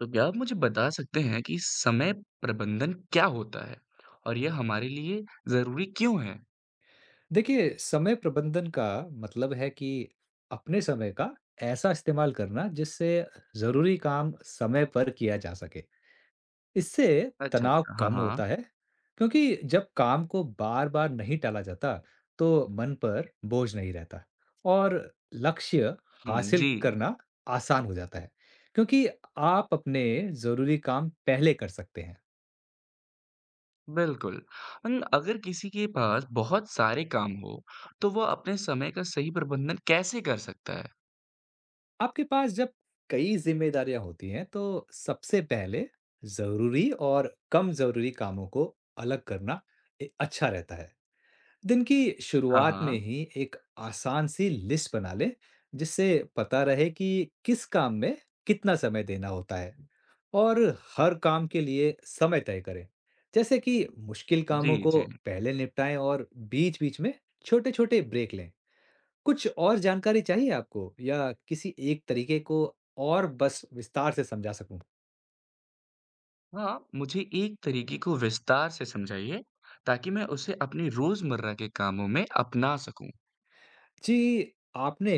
तो क्या आप मुझे बता सकते हैं कि समय प्रबंधन क्या होता है? और यह हमारे लिए ज़रूरी क्यों है? देखिए, समय प्रबंधन का मतलब है कि अपने समय का ऐसा इस्तेमाल करना जिससे ज़रूरी काम समय पर किया जा सके। इससे अच्छा, तनाव अच्छा। हाँ, कम हाँ। होता है, क्योंकि जब काम को बार-बार नहीं टाला जाता, तो मन पर बोझ नहीं रहता और लक्ष्य हुँ, हासिल जी, करना आसान हो जाता है, क्योंकि आप अपने ज़रूरी काम पहले कर सकते हैं। बिल्कुल। अन अगर किसी के पास बहुत सारे काम हो, तो वह अपने समय का सही प्रबंधन कैसे कर सकता है? आपके पास जब कई जिम्मेदारियां होती हैं, तो सबसे पहले जरूरी और कम जरूरी कामों को अलग करना अच्छा रहता है। दिन की हाँ, शुरुआत में हाँ। ही एक आसान सी लिस्ट बना ले, जिससे पता रहे कि किस काम में कितना समय देना होता है, और हर काम के लिए समय तय करें। जैसे कि मुश्किल जी, कामों को जी। पहले निपटाएं और बीच-बीच में छोटे-छोटे ब्रेक लें। कुछ और जानकारी चाहिए आपको, या किसी एक तरीके को और बस विस्तार से समझा सकूं? हाँ, मुझे एक तरीके को विस्तार से समझाइए, ताकि मैं उसे अपनी रोज़मर्रा के कामों में अपना सकूँ। जी, आपने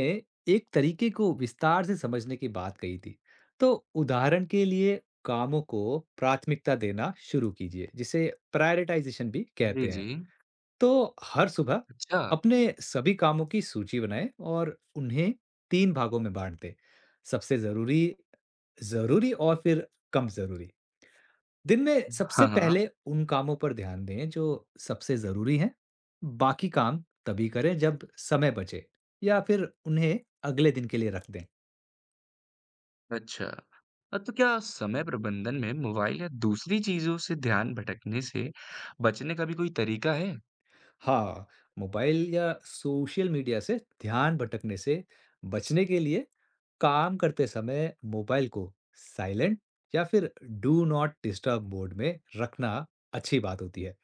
एक तरीके को विस्तार से समझने की बात कही थी। तो उदाहरण के लिए कामों को प्राथमिकता देना शुरू कीजिए, जिसे प्रायोरिटाइजेशन भी जी, कहते जी। हैं। तो हर सुबह अच्छा। अपने सभी कामों की सूची बनाएं और उन्हें 3 भागों में बांट दें। सबसे ज़रूरी, ज़रूरी और फिर कम ज़रूरी। दिन में हाँ, सबसे हाँ। पहले उन कामों पर ध्यान दें जो सबसे ज़रूरी हैं। बाकी काम तभी करें जब समय बचे, या फिर उन्हें अगले दिन के लिए रख दें। अच्छा। तो क्या समय प्रबंधन में मोबाइल या दूसरी चीज़ों से ध्यान भटकने से बचने का भी कोई तरीका है? हाँ, मोबाइल या सोशल मीडिया से ध्यान भटकने से बचने के लिए काम करते समय मोबाइल को साइलेंट या फिर डू नॉट डिस्टर्ब मोड में रखना अच्छी बात होती है।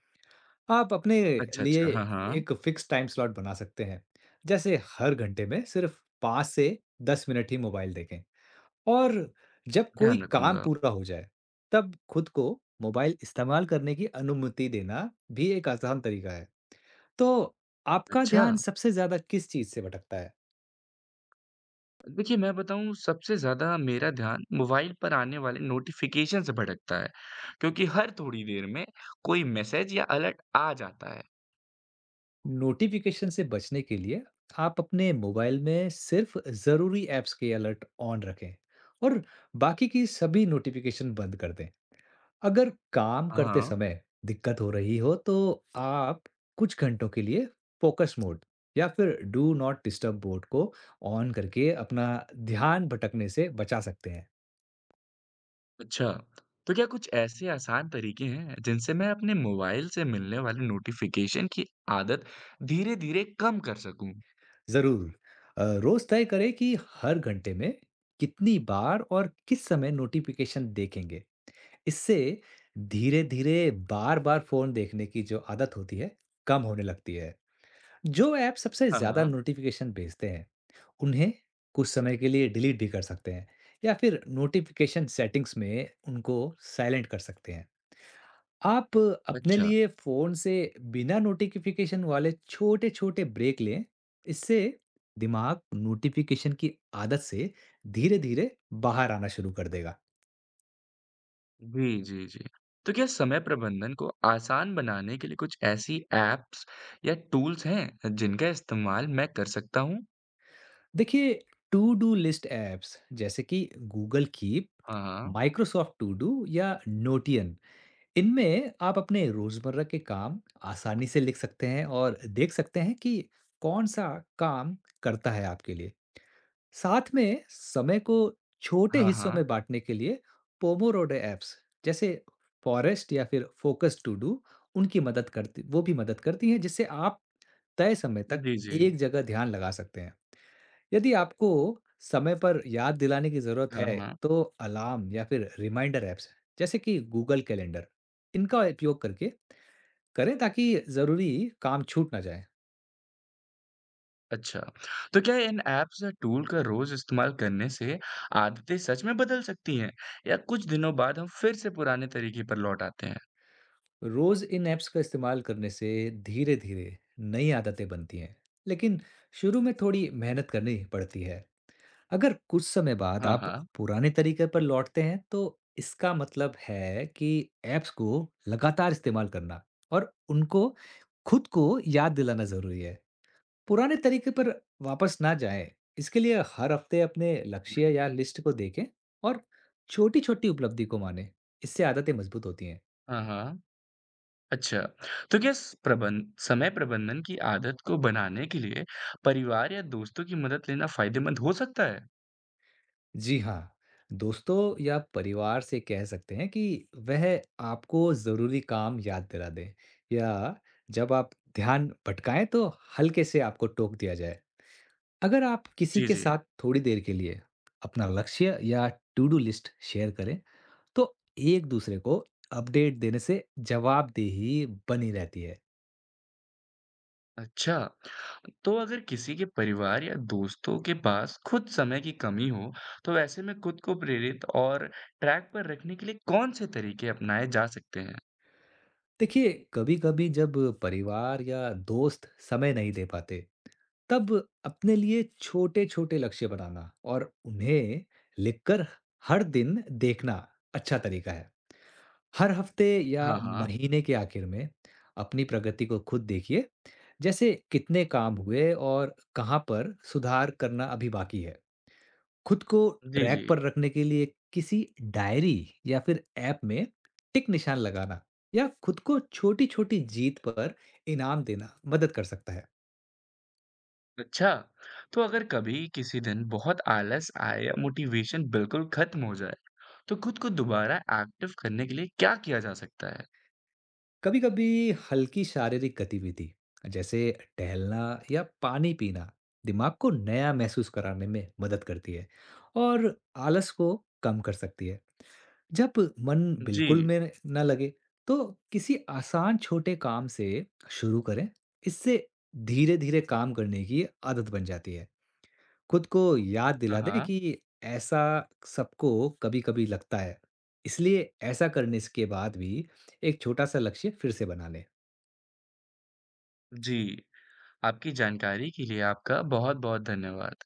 आप अपने अच्छा, लिए अच्छा। हाँ, हाँ। एक फिक्स टाइम स्लॉट बना सकते हैं, जैसे हर घंटे में सिर्फ 5 से 10 मिनट ही मोबाइल देखें, और जब कोई ध्यान काम रखूँगा। पूरा हो जाए, तब खुद को मोबाइल इस्तेमाल करने की अनुमति देना भी एक आसान तरीका है। तो आपका अच्छा। ध्यान सबसे ज्यादा किस चीज से भटकता है? देखिए, मैं बताऊँ सबसे ज़्यादा मेरा ध्यान मोबाइल पर आने वाले नोटिफ़िकेशन से भटकता है, क्योंकि हर थोड़ी देर में कोई मैसेज या अलर्ट आ जाता है। नोटिफिकेशन से बचने के लिए आप अपने मोबाइल में सिर्फ जरूरी ऐप्स के अलर्ट ऑन रखें, और बाकी की सभी नोटिफिकेशन बंद कर दें। अगर काम करते हाँ। समय दिक्कत हो रही हो, तो आप कुछ घंटों के लिए फोकस मोड या फिर डू नॉट डिस्टर्ब मोड को ऑन करके अपना ध्यान भटकने से बचा सकते हैं। अच्छा। तो क्या कुछ ऐसे आसान तरीके हैं जिनसे मैं अपने मोबाइल से मिलने वाले नोटिफ़िकेशन की आदत धीरे-धीरे कम कर सकूँ? ज़रूर। रोज़ तय करें कि हर घंटे में कितनी बार और किस समय नोटिफिकेशन देखेंगे। इससे धीरे-धीरे बार-बार फ़ोन देखने की जो आदत होती है, कम होने लगती है। जो ऐप सबसे हाँ, ज़्यादा हाँ। नोटिफिकेशन भेजते हैं, उन्हें कुछ समय के लिए डिलीट भी कर सकते हैं, या फिर नोटिफिकेशन सेटिंग्स में उनको साइलेंट कर सकते हैं। आप अपने अच्छा। लिए फ़ोन से बिना नोटिफिकेशन वाले छोटे-छोटे ब्रेक लें। इससे दिमाग नोटिफिकेशन की आदत से धीरे-धीरे बाहर आना शुरू कर देगा। जी, जी, जी। तो क्या समय प्रबंधन को आसान बनाने के लिए कुछ ऐसी ऐप्स या टूल्स हैं जिनका इस्तेमाल मैं कर सकता हूँ? देखिए, टू डू लिस्ट ऐप्स जैसे कि गूगल कीप, हाँ, हाँ। माइक्रोसॉफ्ट टू डू या नोटियन, इनमें आप अपने रोजमर्रा के काम आसानी से लिख सकते हैं और देख सकते हैं कि कौन सा काम करता है आपके लिए। साथ में समय को छोटे हाँ, हिस्सों हाँ। में बांटने के लिए पोमोडोरो ऐप्स जैसे फॉरेस्ट या फिर फोकस टू डू, उनकी मदद करती वो भी मदद करती हैं, जिससे आप तय समय तक जी, जी। एक जगह ध्यान लगा सकते हैं। यदि आपको समय पर याद दिलाने की जरूरत हाँ, है, हाँ। तो अलार्म या फिर रिमाइंडर ऐप्स जैसे कि गूगल कैलेंडर, इनका उपयोग करके करें, ताकि जरूरी काम छूट ना जाए। अच्छा। तो क्या इन ऐप्स या टूल का रोज़ इस्तेमाल करने से आदतें सच में बदल सकती हैं या कुछ दिनों बाद हम फिर से पुराने तरीके पर लौट आते हैं? रोज इन ऐप्स का इस्तेमाल करने से धीरे-धीरे नई आदतें बनती हैं, लेकिन शुरू में थोड़ी मेहनत करनी पड़ती है। अगर कुछ समय बाद हाँ, आप हाँ। पुराने तरीके पर लौटते हैं, तो इसका मतलब है कि ऐप्स को लगातार इस्तेमाल करना और उनको खुद को याद दिलाना ज़रूरी है। पुराने तरीके पर वापस ना जाएँ, इसके लिए हर हफ्ते अपने लक्ष्य या लिस्ट को देखें, और छोटी-छोटी उपलब्धि को मानें। इससे आदतें मजबूत होती हैं। हाँ, हाँ। अच्छा, तो क्या स प्रबंध समय प्रबंधन की आदत को बनाने के लिए परिवार या दोस्तों की मदद लेना फ़ायदेमंद हो सकता है? जी हाँ, दोस्तों या परिवार से कह सकते हैं कि वह आपको ज़रूरी काम याद दिला दें, या जब आप ध्यान भटकाएं तो हल्के से आपको टोक दिया जाए। अगर आप किसी जी, के जी। साथ थोड़ी देर के लिए अपना लक्ष्य या टू डू लिस्ट शेयर करें, तो एक दूसरे को अपडेट देने से जवाबदेही बनी रहती है। अच्छा, तो अगर किसी के परिवार या दोस्तों के पास खुद समय की कमी हो, तो ऐसे में खुद को प्रेरित और ट्रैक पर रखने के लिए कौन-से तरीके अपनाए जा सकते हैं? देखिए, कभी-कभी जब परिवार या दोस्त समय नहीं दे पाते, तब अपने लिए छोटे-छोटे लक्ष्य बनाना और उन्हें लिखकर हर दिन देखना अच्छा तरीका है। हर हफ्ते या हाँ, हाँ। महीने के आखिर में अपनी प्रगति को खुद देखिए, जैसे कितने काम हुए और कहाँ पर सुधार करना अभी बाकी है। खुद को जी, जी। ट्रैक पर रखने के लिए किसी डायरी या फिर ऐप में टिक निशान लगाना, या खुद को छोटी छोटी जीत पर इनाम देना मदद कर सकता है। अच्छा, तो अगर कभी किसी दिन बहुत आलस आए या मोटिवेशन बिल्कुल खत्म हो जाए, तो खुद को दोबारा एक्टिव करने के लिए क्या किया जा सकता है? कभी कभी हल्की शारीरिक गतिविधि जैसे टहलना या पानी पीना दिमाग को नया महसूस कराने में मदद करती है, और आलस को कम कर सकती है। जब मन जी। बिल्कुल में ना लगे, तो किसी आसान छोटे काम से शुरू करें। इससे धीरे धीरे काम करने की आदत बन जाती है। खुद को याद हाँ, दिला दें हाँ। कि ऐसा सबको कभी कभी लगता है, इसलिए ऐसा करने के बाद भी एक छोटा सा लक्ष्य फिर से बना लें। जी। आपकी जानकारी के लिए आपका बहुत-बहुत धन्यवाद।